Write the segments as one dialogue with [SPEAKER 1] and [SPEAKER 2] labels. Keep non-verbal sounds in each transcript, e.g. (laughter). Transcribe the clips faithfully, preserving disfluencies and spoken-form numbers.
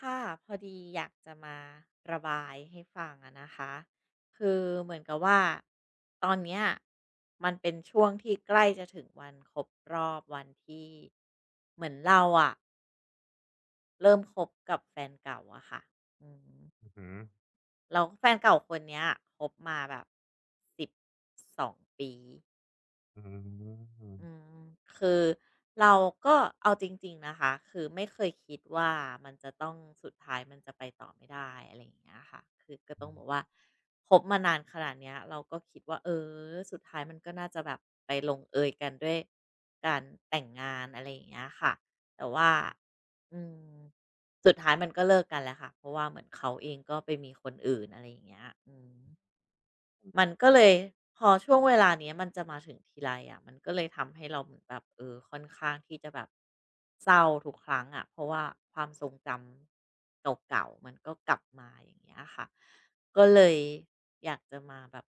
[SPEAKER 1] ค่ะพอดีอยากจะมาระบายให้ฟังอะนะคะคือเหมือนกับว่าตอนเนี้ยมันเป็นช่วงที่ใกล้จะถึงวันครบรอบวันที่เหมือนเราอะเริ่มคบกับแฟนเก่าอะค่ะอืม
[SPEAKER 2] อือห
[SPEAKER 1] แลแฟนเก่าคนเนี้ยคบมาแบบสิบสองปี
[SPEAKER 2] ืออืม
[SPEAKER 1] อืมคือเราก็เอาจริงๆนะคะคือไม่เคยคิดว่ามันจะต้องสุดท้ายมันจะไปต่อไม่ได้อะไรอย่างเงี้ยค่ะคือก็ต้องบอกว่าคบมานานขนาดเนี้ยเราก็คิดว่าเออสุดท้ายมันก็น่าจะแบบไปลงเอยกันด้วยการแต่งงานอะไรอย่างเงี้ยค่ะแต่ว่าอืมสุดท้ายมันก็เลิกกันแหละค่ะเพราะว่าเหมือนเขาเองก็ไปมีคนอื่นอะไรอย่างเงี้ยอืม มันก็เลยพอช่วงเวลาเนี้ยมันจะมาถึงทีไรอะมันก็เลยทำให้เราเหมือนแบบเออค่อนข้างที่จะแบบเศร้าทุกครั้งอ่ะเพราะว่าความทรงจำเก่าๆมันก็กลับมาอย่างเงี้ยค่ะก็เลยอยากจะมาแบบ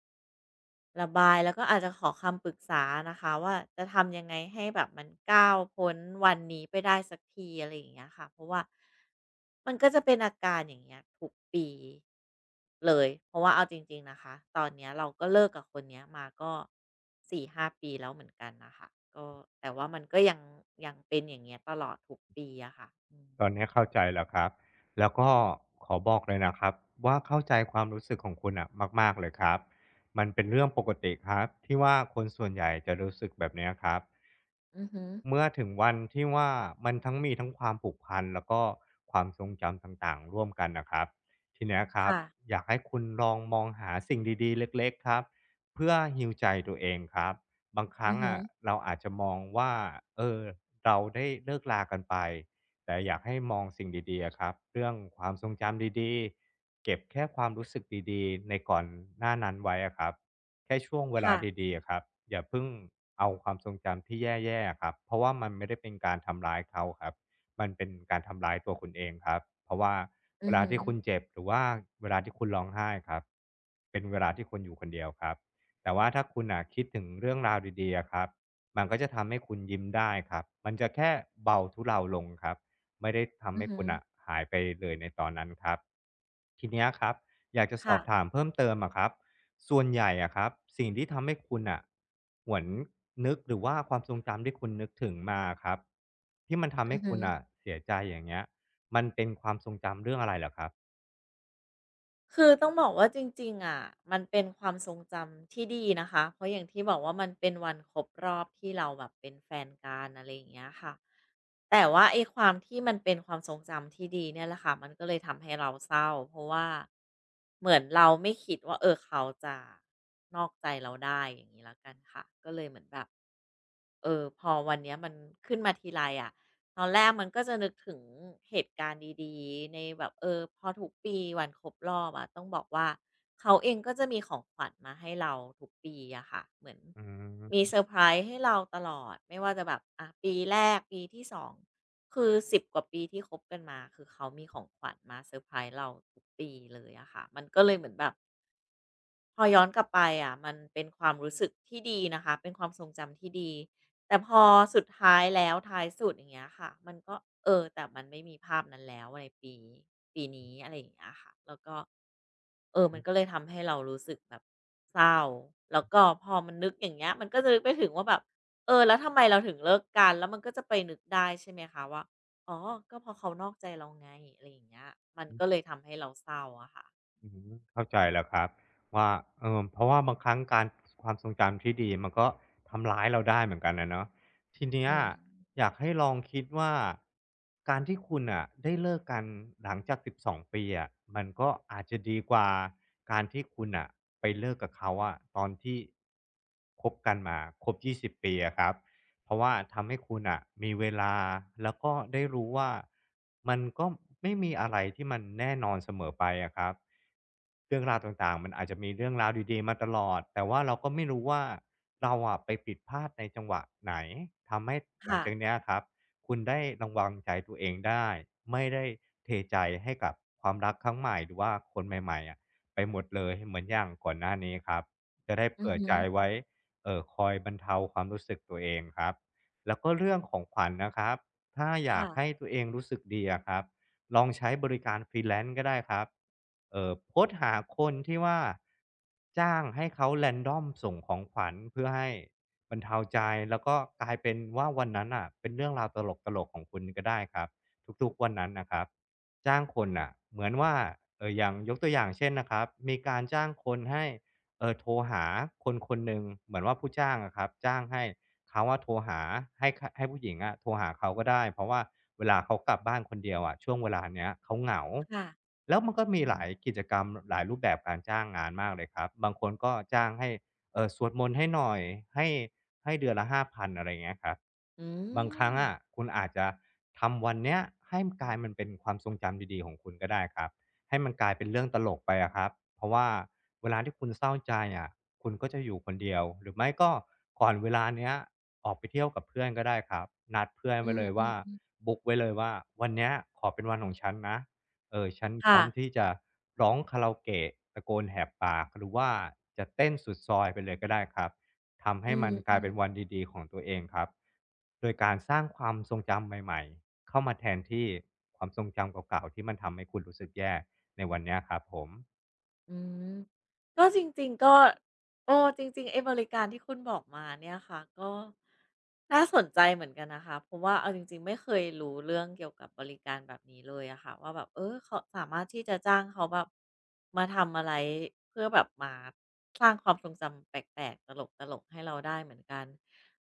[SPEAKER 1] ระบายแล้วก็อาจจะขอคำปรึกษานะคะว่าจะทำยังไงให้แบบมันก้าวพ้นวันนี้ไปได้สักทีอะไรอย่างเงี้ยค่ะเพราะว่ามันก็จะเป็นอาการอย่างเงี้ยทุกปีเลยเพราะว่าเอาจริงๆนะคะตอนเนี้ยเราก็เลิกกับคนเนี้ยมาก็สี่าปีแล้วเหมือนกันนะคะก็แต่ว่ามันก็ยังยังเป็นอย่างเงี้ยตลอดทุกปีอะค่ะอืม
[SPEAKER 2] ตอนนี้เข้าใจแล้วครับ แล้วก็ขอบอกเลยนะครับว่าเข้าใจความรู้สึกของคุณอะมากๆเลยครับ มันเป็นเรื่องปกติครับที่ว่าคนส่วนใหญ่จะรู้สึกแบบเนี้ยครับ
[SPEAKER 1] อือฮ
[SPEAKER 2] เมื่อถึงวันที่ว่ามันทั้งมีทั้งความผูกพันแล้วก็ความทรงจำต่างๆร่วมกันนะครับทีเนี้ยครับ
[SPEAKER 1] ค่ะ
[SPEAKER 2] อยากให้คุณลองมองหาสิ่งดีๆเล็กๆครับเพื่อฮ e a ใจตัวเองครับบางค
[SPEAKER 1] อื
[SPEAKER 2] รั้ง
[SPEAKER 1] อฮึ
[SPEAKER 2] อะเราอาจจะมองว่าเออเราได้เลิกลากันไปแต่อยากให้มองสิ่งดีๆอะครับเรื่องความทรงจำดีๆเก็บแค่ความรู้สึกดีๆในก่อนหน้านั้นไว้อะครับ แค่ช่วงเวลา
[SPEAKER 1] ค่ะ
[SPEAKER 2] ดีๆอะครับอย่าเพิ่งเอาความทรงจำที่แย่ๆอะครับเพราะว่ามันไม่ได้เป็นการทำร้ายเขาครับมันเป็นการทำร้ายตัวคุณเองครับเพราะว่า
[SPEAKER 1] อื
[SPEAKER 2] เว
[SPEAKER 1] อ
[SPEAKER 2] ลา
[SPEAKER 1] หึอ
[SPEAKER 2] ที่คุณเจ็บหรือว่าเวลาที่คุณร้องไห้ครับเป็นเวลาที่คุณอยู่คนเดียวครับแต่ว่าถ้าคุณอ่ะคิดถึงเรื่องราวดีๆอะครับมันก็จะทำให้คุณยิ้มได้ครับมันจะแค่เบาทุเลาลงครับไม่ได้ทำ
[SPEAKER 1] อือ
[SPEAKER 2] ให้
[SPEAKER 1] ฮึ
[SPEAKER 2] คุณอ่ะหายไปเลยในตอนนั้นครับทีเนี้ยครับ อยากจะสอ
[SPEAKER 1] ค่ะ
[SPEAKER 2] บถามเพิ่มเติมอะครับส่วนใหญ่อะครับสิ่งที่ทำให้คุณอ่ะหวนนึกหรือว่าความทรงจำที่คุณนึกถึงมาครับที่มันทำ
[SPEAKER 1] อื
[SPEAKER 2] ให้
[SPEAKER 1] อฮึ
[SPEAKER 2] คุณอ่ะเสียใจอย่างเงี้ยมันเป็นความทรงจำเรื่องอะไรเหรอครับ
[SPEAKER 1] คือต้องบอกว่าจริงๆอ่ะมันเป็นความทรงจำที่ดีนะคะเพราะอย่างที่บอกว่ามันเป็นวันครบรอบที่เราแบบเป็นแฟนกันอะไรอย่างเงี้ยค่ะแต่ว่าไอ้ความที่มันเป็นความทรงจำที่ดีเนี่ยแหละค่ะมันก็เลยทำให้เราเศร้าเพราะว่าเหมือนเราไม่คิดว่าเออเขาจะนอกใจเราได้อย่างนี้แล้วกันค่ะก็เลยเหมือนแบบ เออพอวันเนี้ยมันขึ้นมาทีไรอะตอนแรกมันก็จะนึกถึงเหตุการณ์ดีๆในแบบเออพอทุกปีวันครบรอบอะต้องบอกว่าเขาเองก็จะมีของขวัญมาให้เราทุกปีอะค่ะเหมือน
[SPEAKER 2] อื
[SPEAKER 1] มี
[SPEAKER 2] ม
[SPEAKER 1] เซอร์ไพรส์ให้เราตลอดไม่ว่าจะแบบอะปีแรกปีที่สองคือสิบกว่าปีที่คบกันมาคือเขามีของขวัญมาเซอร์ไพรส์เราทุกปีเลยอะค่ะมันก็เลยเหมือนแบบ พอย้อนกลับไปอะมันเป็นความรู้สึกที่ดีนะคะเป็นความทรงจำที่ดีแต่พอสุดท้ายแล้วท้ายสุดอย่างเงี้ยค่ะมันก็เออแต่มันไม่มีภาพนั้นแล้วในปีปีนี้อะไรอย่างเงี้ยค่ะแล้วก็เออมันก็เลยทำให้เรารู้สึกแบบเศร้าแล้วก็พอมันนึกอย่างเงี้ยมันก็จะนึกไปถึงว่าแบบเออแล้วทำไมเราถึงเลิกกันแล้วมันก็จะไปนึกได้ใช่ไหมคะว่าอ๋อก็เพราะเขานอกใจเราไงอะไรอย่างเงี้ยมันก็เลยทำให้เราเศร้าอะค่ะ
[SPEAKER 2] อืมเข้าใจแล้วครับว่าเออเพราะว่าบางครั้งการความทรงจำที่ดีมันก็ทำร้ายเราได้เหมือนกันนะเนาะทีเนี้ย
[SPEAKER 1] อืม
[SPEAKER 2] อยากให้ลองคิดว่าการที่คุณอ่ะได้เลิกกันหลังจากสิบสองปีอะมันก็อาจจะดีกว่าการที่คุณอ่ะไปเลิกกับเขาอะตอนที่คบกันมาครบยี่สิบปีอะครับ เพราะว่าทำให้คุณอะมีเวลาแล้วก็ได้รู้ว่ามันก็ไม่มีอะไรที่มันแน่นอนเสมอไปอะครับเรื่องราวต่างๆมันอาจจะมีเรื่องราวดีๆมาตลอดแต่ว่าเราก็ไม่รู้ว่าเราอะไปผิดพลาดในจังหวะไหนทำให้หลัง
[SPEAKER 1] ค่ะ
[SPEAKER 2] จากเนี้ยครับคุณได้ระวังใจตัวเองได้ไม่ได้เทใจให้กับความรักครั้งใหม่หรือว่าคนใหม่ๆอะไปหมดเลยเหมือนอย่างก่อนหน้านี้ครับจะได้
[SPEAKER 1] อือ
[SPEAKER 2] เผื่อ
[SPEAKER 1] ฮึ
[SPEAKER 2] ใจไว้ เอ่อคอยบรรเทาความรู้สึกตัวเองครับแล้วก็เรื่องของขวัญนะครับถ้าอยา
[SPEAKER 1] ค่ะ
[SPEAKER 2] กให้ตัวเองรู้สึกดีอะครับลองใช้บริการฟร e แลน n ์ e ก็ได้ครับเอ่อโพสต์หาคนที่ว่าจ้างให้เขา random ส่งของขวัญเพื่อให้บรรเทาใจแล้วก็กลายเป็นว่าวันนั้นอ่ะเป็นเรื่องราวตลกๆของคุณก็ได้ครับทุกๆวันนั้นนะครับจ้างคนอ่ะเหมือนว่าเอออย่างยกตัวอย่างเช่นนะครับมีการจ้างคนให้ เออโทรหาคนคนหนึ่งเหมือนว่าผู้จ้างอะครับจ้างให้เขาว่าโทรหาให้เขาให้ผู้หญิงอะโทรหาเขาก็ได้เพราะว่าเวลาเขากลับบ้านคนเดียวอะช่วงเวลาเนี้ยเขาเหงา
[SPEAKER 1] ค่ะ
[SPEAKER 2] แล้วมันก็มี
[SPEAKER 1] อื
[SPEAKER 2] หลาย
[SPEAKER 1] ม
[SPEAKER 2] กิจกรรมหลายรูปแบบการจ้างงานมากเลยครับบางคนก็จ้างให้เออสวดมนต์ให้หน่อยให้ให้เดือนละห้าพันอะไร่าเงี้ยครับ
[SPEAKER 1] อื
[SPEAKER 2] บางครั้ง
[SPEAKER 1] ม
[SPEAKER 2] อะคุณอาจจะทำวันเนี้ยให้กลายมันเป็นความทรงจำดีๆของคุณก็ได้ครับ ให้มันกลายเป็นเรื่องตลกไปอะครับเพราะว่าเวลาที่คุณเศร้าใจอะคุณก็จะอยู่คนเดียว หรือไม่ก็ก่อนเวลาเนี้ยออกไปเที่ยวกับเพื่อนก็ได้ครับนัดเพื่อน
[SPEAKER 1] อื
[SPEAKER 2] ไว้เลยว่า
[SPEAKER 1] ม
[SPEAKER 2] บุ๊กไว้เลยว่าวันเนี้ยขอเป็นวันของฉันนะเออฉันพ
[SPEAKER 1] ค่ะ
[SPEAKER 2] ร้อมที่จะร้องคาราโอเกะตะโกนแหกปากหรือว่าจะเต้นสุดซอยไปเลยก็ได้ครับทำ
[SPEAKER 1] อื
[SPEAKER 2] ให้มันกลาย
[SPEAKER 1] ม
[SPEAKER 2] เป็นวัน
[SPEAKER 1] ๆ
[SPEAKER 2] ดีๆของตัวเองครับโดยการสร้างความทรงจำใหม่ๆเข้ามาแทนที่ความทรงจำเก่าๆที่มันทำให้คุณรู้สึกแย่ ในวันเนี้ยครับผม
[SPEAKER 1] อืมก็จริงๆก็โอ้จริงๆไอ้บริการที่คุณบอกมาเนี่ยค่ะก็น่าสนใจเหมือนกันนะคะเพราะว่าเอาจริงๆไม่เคยรู้เรื่องเกี่ยวกับบริการแบบนี้เลยอะค่ะว่าแบบเออเขาสามารถที่จะจ้างเขาแบบมาทำอะไรเพื่อแบบมาสร้างความทรงจำแปลกๆตลกๆให้เราได้เหมือนกัน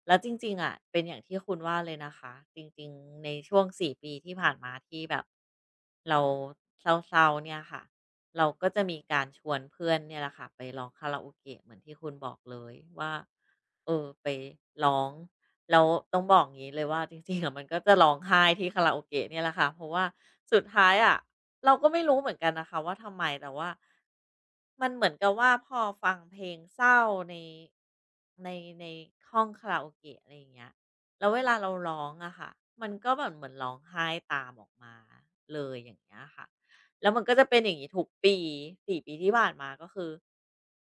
[SPEAKER 1] แล้วจริงๆอะเป็นอย่างที่คุณว่าเลยนะคะจริงๆในช่วงสี่ปีที่ผ่านมาที่แบบเราเศร้าๆเนี่ยค่ะ เราก็จะมีการชวนเพื่อนเนี่ยแหละค่ะไปร้องคาราโอเกะเหมือนที่คุณบอกเลยว่าเออไปร้องแล้วต้องบอกงี้เลยว่าจริงๆอะมันก็จะร้องไห้ที่คาราโอเกะเนี่ยแหละค่ะเพราะว่าสุดท้ายอะเราก็ไม่รู้เหมือนกันนะคะว่าทำไมแต่ว่ามันเหมือนกับว่าพอฟังเพลงเศร้าในในในห้องคาราโอเกะอะไรอย่างเงี้ยแล้วเวลาเราร้องอะค่ะมันก็แบบเหมือนร้องไห้ตามออกมาเลยอย่างเงี้ยค่ะ แล้วมันก็จะเป็นอย่างงี้ทุกปีสี่ปีที่ผ่านมาก็คือ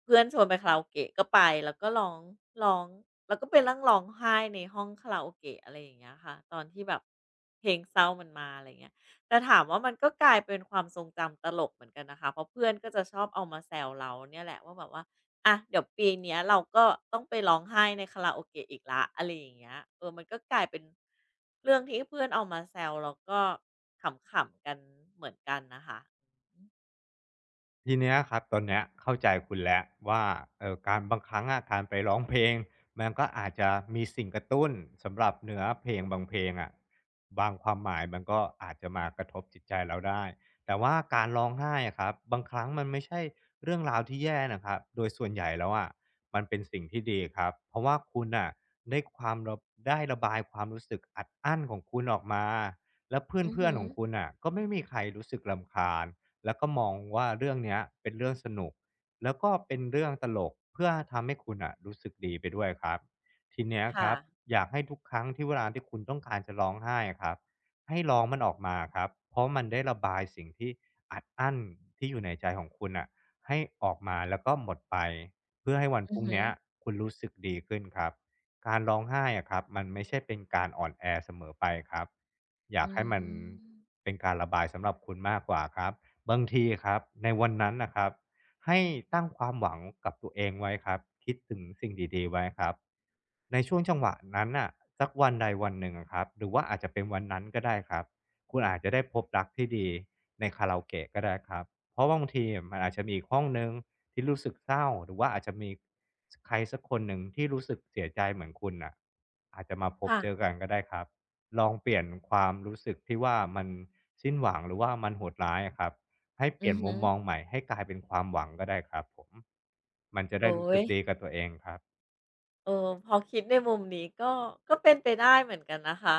[SPEAKER 1] เพื่อนชวนไปคาราโอเกะก็ไปแล้วก็ร้องร้องแล้วก็ไปนั่งร้องไห้ในห้องคาราโอเกะอะไรอย่างเงี้ยค่ะตอนที่แบบเพลงเศร้ามันมาอะไรอย่างเงี้ยแต่ถามว่ามันก็กลายเป็นความทรงจำตลกเหมือนกันนะคะเพราะเพื่อนก็จะชอบเอามาแซวเราเนี่ยแหละว่าแบบว่า อ่ะเดี๋ยวปีเนี้ยเราก็ต้องไปร้องไห้ในคาราโอเกะอีกแล้วอะไรอย่างเงี้ยเออมันก็กลายเป็นเรื่องที่เพื่อนเอามาแซวแล้วก็ขำๆกันเหมือนกันนะคะ
[SPEAKER 2] ทีเนี้ยครับตอนเนี้ยเข้าใจคุณแล้วว่าเอ่อการบางครั้งอะการไปร้องเพลง (laughs) มันก็อาจจะมีสิ่งกระตุ้นสำหรับเนื้อเพลงบางเพลงอะบางความหมายมันก็อาจจะมากระทบจิตใจเราได้แต่ว่าการร้องไห้อะครับบางครั้งมันไม่ใช่เรื่องราวที่แย่นะครับโดยส่วนใหญ่แล้วอะมันเป็นสิ่งที่ดีครับเพราะว่าคุณอ่ะได้ความระได้ระบายความรู้สึกอัดอั้นของคุณออกมาแล้ว
[SPEAKER 1] อือ
[SPEAKER 2] เพื่อ
[SPEAKER 1] ฮึื
[SPEAKER 2] น
[SPEAKER 1] อ
[SPEAKER 2] ๆของคุณอ่ะก็ไม่มีใครรู้สึกลำคาญ แล้วก็มองว่าเรื่องเนี้ยเป็นเรื่องสนุกแล้วก็เป็นเรื่องตลกเพื่อทำให้คุณอ่ะรู้สึกดีไปด้วยครับทีเนี้ยค
[SPEAKER 1] ค่ะ
[SPEAKER 2] รับอยากให้ทุกครั้งที่เวลาที่คุณต้องการจะร้องไห้ครับให้ร้องมันออกมาครับเพราะมันได้ระบายสิ่งที่อัดอั้นที่อยู่ในใจของคุณอ่ะให้ออกมาแล้วก็หมดไปเพื่อให้วัน
[SPEAKER 1] อื
[SPEAKER 2] พ
[SPEAKER 1] อ
[SPEAKER 2] รุ่ง
[SPEAKER 1] ฮึ
[SPEAKER 2] เนี้ย
[SPEAKER 1] อ
[SPEAKER 2] คุณรู้สึกดีขึ้นครับการร้องไห้อะครับมันไม่ใช่เป็นการอ่อนแอเสมอไปครับอยาก
[SPEAKER 1] อื
[SPEAKER 2] ให้มัน
[SPEAKER 1] ม
[SPEAKER 2] เป็นการระบายสำหรับคุณมากกว่าครับ บางทีครับในวันนั้นนะครับให้ตั้งความหวังกับตัวเองไว้ครับคิดถึงสิ่งดีๆไว้ครับในช่วงจังหวะนั้นน่ะสักวันใดวันหนึ่งอะครับหรือว่าอาจจะเป็นวันนั้นก็ได้ครับคุณอาจจะได้พบรักที่ดีในคาราโอเกะก็ได้ครับเพราะบางทีมันอาจจะมีอีกห้องหนึ่งที่รู้สึกเศร้าหรือว่าอาจจะมีใครสักคนหนึ่งที่รู้สึกเสียใจเหมือนคุณน่ะอาจจะมาพบ
[SPEAKER 1] ค่ะ
[SPEAKER 2] เจอกันก็ได้ครับลองเปลี่ยนความรู้สึกที่ว่ามันสิ้นหวังหรือว่ามันโหดร้ายอะครับ ให้เป
[SPEAKER 1] อื
[SPEAKER 2] ลี่ย
[SPEAKER 1] อ
[SPEAKER 2] น
[SPEAKER 1] ฮึ
[SPEAKER 2] มุมมองใหม่ให้กลายเป็นความหวังก็ได้ครับผมมันจะ
[SPEAKER 1] โอ้
[SPEAKER 2] ได้รู้สึ
[SPEAKER 1] ย
[SPEAKER 2] กดีกับตัวเองครับ
[SPEAKER 1] เออพอคิดในมุมนี้ก็ก็เป็นไปได้เหมือนกันนะคะ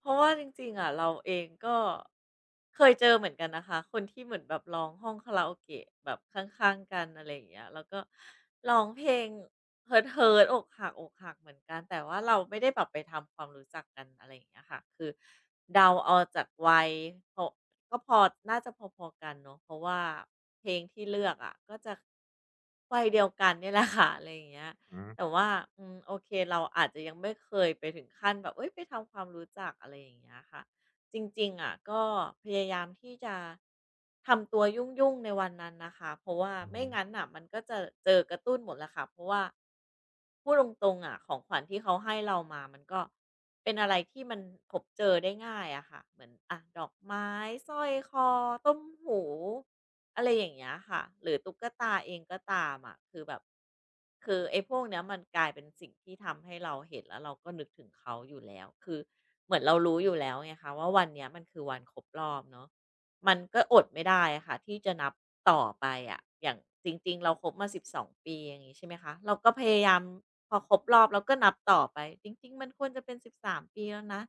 [SPEAKER 1] เพราะว่าจริงๆอะเราเองก็เคยเจอเหมือนกันนะคะคนที่เหมือนแบบร้องห้องคาราโอเกะแบบข้างๆกันอะไรอย่างเงี้ยแล้วก็ร้องเพลงหึดๆอกหักอกหักเหมือนกันแต่ว่าเราไม่ได้แบบไปทำความรู้จักกันอะไรอย่างเงี้ยค่ะคือเดาเอาจากวัยเพอก็พอน่าจะพอๆกันเนาะเพราะว่าเพลงที่เลือกอะก็จะวัยเดียวกันเนี่ยแหละค่ะอะไรอย่างเงี้ย
[SPEAKER 2] อืม
[SPEAKER 1] แต่ว่าอืมโอเคเราอาจจะยังไม่เคยไปถึงขั้นแบบเฮ้ยไปทำความรู้จักอะไรอย่างเงี้ยค่ะจริงๆอะก็พยายามที่จะทำตัวยุ่งๆในวันนั้นนะคะเพราะว่า
[SPEAKER 2] อื
[SPEAKER 1] ไม่
[SPEAKER 2] ม
[SPEAKER 1] งั้นน่ะมันก็จะเจอกระตุ้นหมดแหละค่ะเพราะว่าพูดตรงๆอะของขวัญที่เขาให้เรามามันก็เป็นอะไรที่มันพบเจอได้ง่ายอะค่ะเหมือนอะดอกไม้สร้อยคอต้มหูอะไรอย่างเงี้ยค่ะหรือตุ๊กตาเองก็ตามอะคือแบบ คือไอ้พวกเนี้ยมันกลายเป็นสิ่งที่ทำให้เราเห็นแล้วเราก็นึกถึงเขาอยู่แล้วคือเหมือนเรารู้อยู่แล้วไงคะว่าวันเนี้ยมันคือวันครบรอบเนาะมันก็อดไม่ได้อะค่ะที่จะนับต่อไปอะอย่างจริงๆเราครบมาสิบสองปีอย่างงี้ใช่ไหมคะเราก็พยายามพอครบรอบเราก็นับต่อไปจริงๆมันควรจะเป็นสิบสามปีแล้วนะ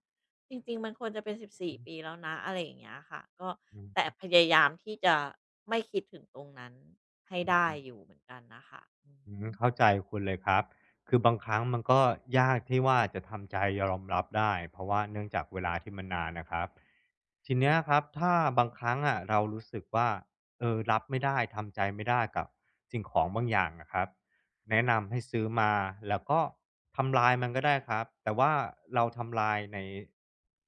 [SPEAKER 1] จริงๆมันควรจะเป็นสิบสี่
[SPEAKER 2] อื
[SPEAKER 1] ปี
[SPEAKER 2] ม
[SPEAKER 1] แล้วนะอะไรอย่างเงี้ยค่ะก็ แต่
[SPEAKER 2] อื
[SPEAKER 1] พยายามที่จะไม่คิดถึงตรงนั้นให้ได้
[SPEAKER 2] ม
[SPEAKER 1] อยู่เหมือนกันนะคะอือ
[SPEAKER 2] อืม
[SPEAKER 1] ึ
[SPEAKER 2] เข้าใจคุณเลยครับคือบางครั้งมันก็ยากที่ว่าจะทำใจยอมรับได้เพราะว่าเนื่องจากเวลาที่มันนานนะครับทีเนี้ยครับถ้าบางครั้งอะเรารู้สึกว่าเออรับไม่ได้ทำใจไม่ได้กับสิ่งของบางอย่างนะครับแนะนำให้ซื้อมาแล้วก็ทำลายมันก็ได้ครับแต่ว่าเราทำลายใน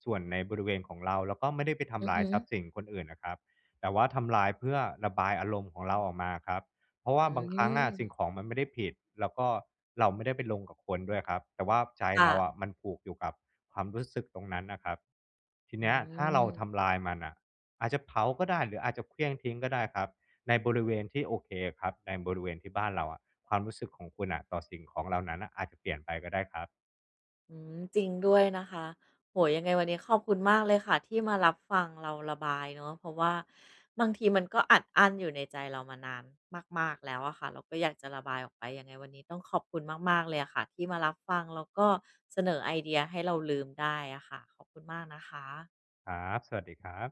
[SPEAKER 2] ส่วนในบริเวณของเราแล้วก็ไม่ได้ไป
[SPEAKER 1] อื
[SPEAKER 2] ทำ
[SPEAKER 1] อ
[SPEAKER 2] ลาย
[SPEAKER 1] ฮึ
[SPEAKER 2] ทรัพย์สินคนอื่นนะครับแต่ว่าทำลายเพื่อระบายอารมณ์ของเราออกมาครับ เพราะ
[SPEAKER 1] อื
[SPEAKER 2] ว่าบางครั้งอะสิ่ง
[SPEAKER 1] ม
[SPEAKER 2] ของมันไม่ได้ผิดแล้วก็เราไม่ได้ไปลงกับคนด้วยครับแต่ว่าใจ
[SPEAKER 1] ค่ะ
[SPEAKER 2] เราอะมันผูกอยู่กับความรู้สึกตรงนั้นนะครับที
[SPEAKER 1] อื
[SPEAKER 2] เนี้ยถ้าเรา
[SPEAKER 1] ม
[SPEAKER 2] ทำลายมันอ่ะอาจจะเผาก็ได้หรืออาจจะเคลี้ยงทิ้งก็ได้ครับในบริเวณที่โอเคครับในบริเวณที่บ้านเราอะความรู้สึกของคุณอ่ะต่อสิ่งของเหล่านั้นน่ะอาจจะเปลี่ยนไปก็ได้ครับ
[SPEAKER 1] อืมจริงด้วยนะคะโอ้โฮยังไงวันนี้ขอบคุณมากเลยค่ะที่มารับฟังเราระบายเนาะเพราะว่าบางทีมันก็อัดอั้นอยู่ในใจเรามานานมากๆแล้วอะค่ะเราก็อยากจะระบายออกไปยังไงวันนี้ต้องขอบคุณมากๆเลยอะค่ะที่มารับฟังแล้วก็เสนอไอเดียให้เราลืมได้อะค่ะขอบคุณมากนะคะ
[SPEAKER 2] ครับสวัสดีครับ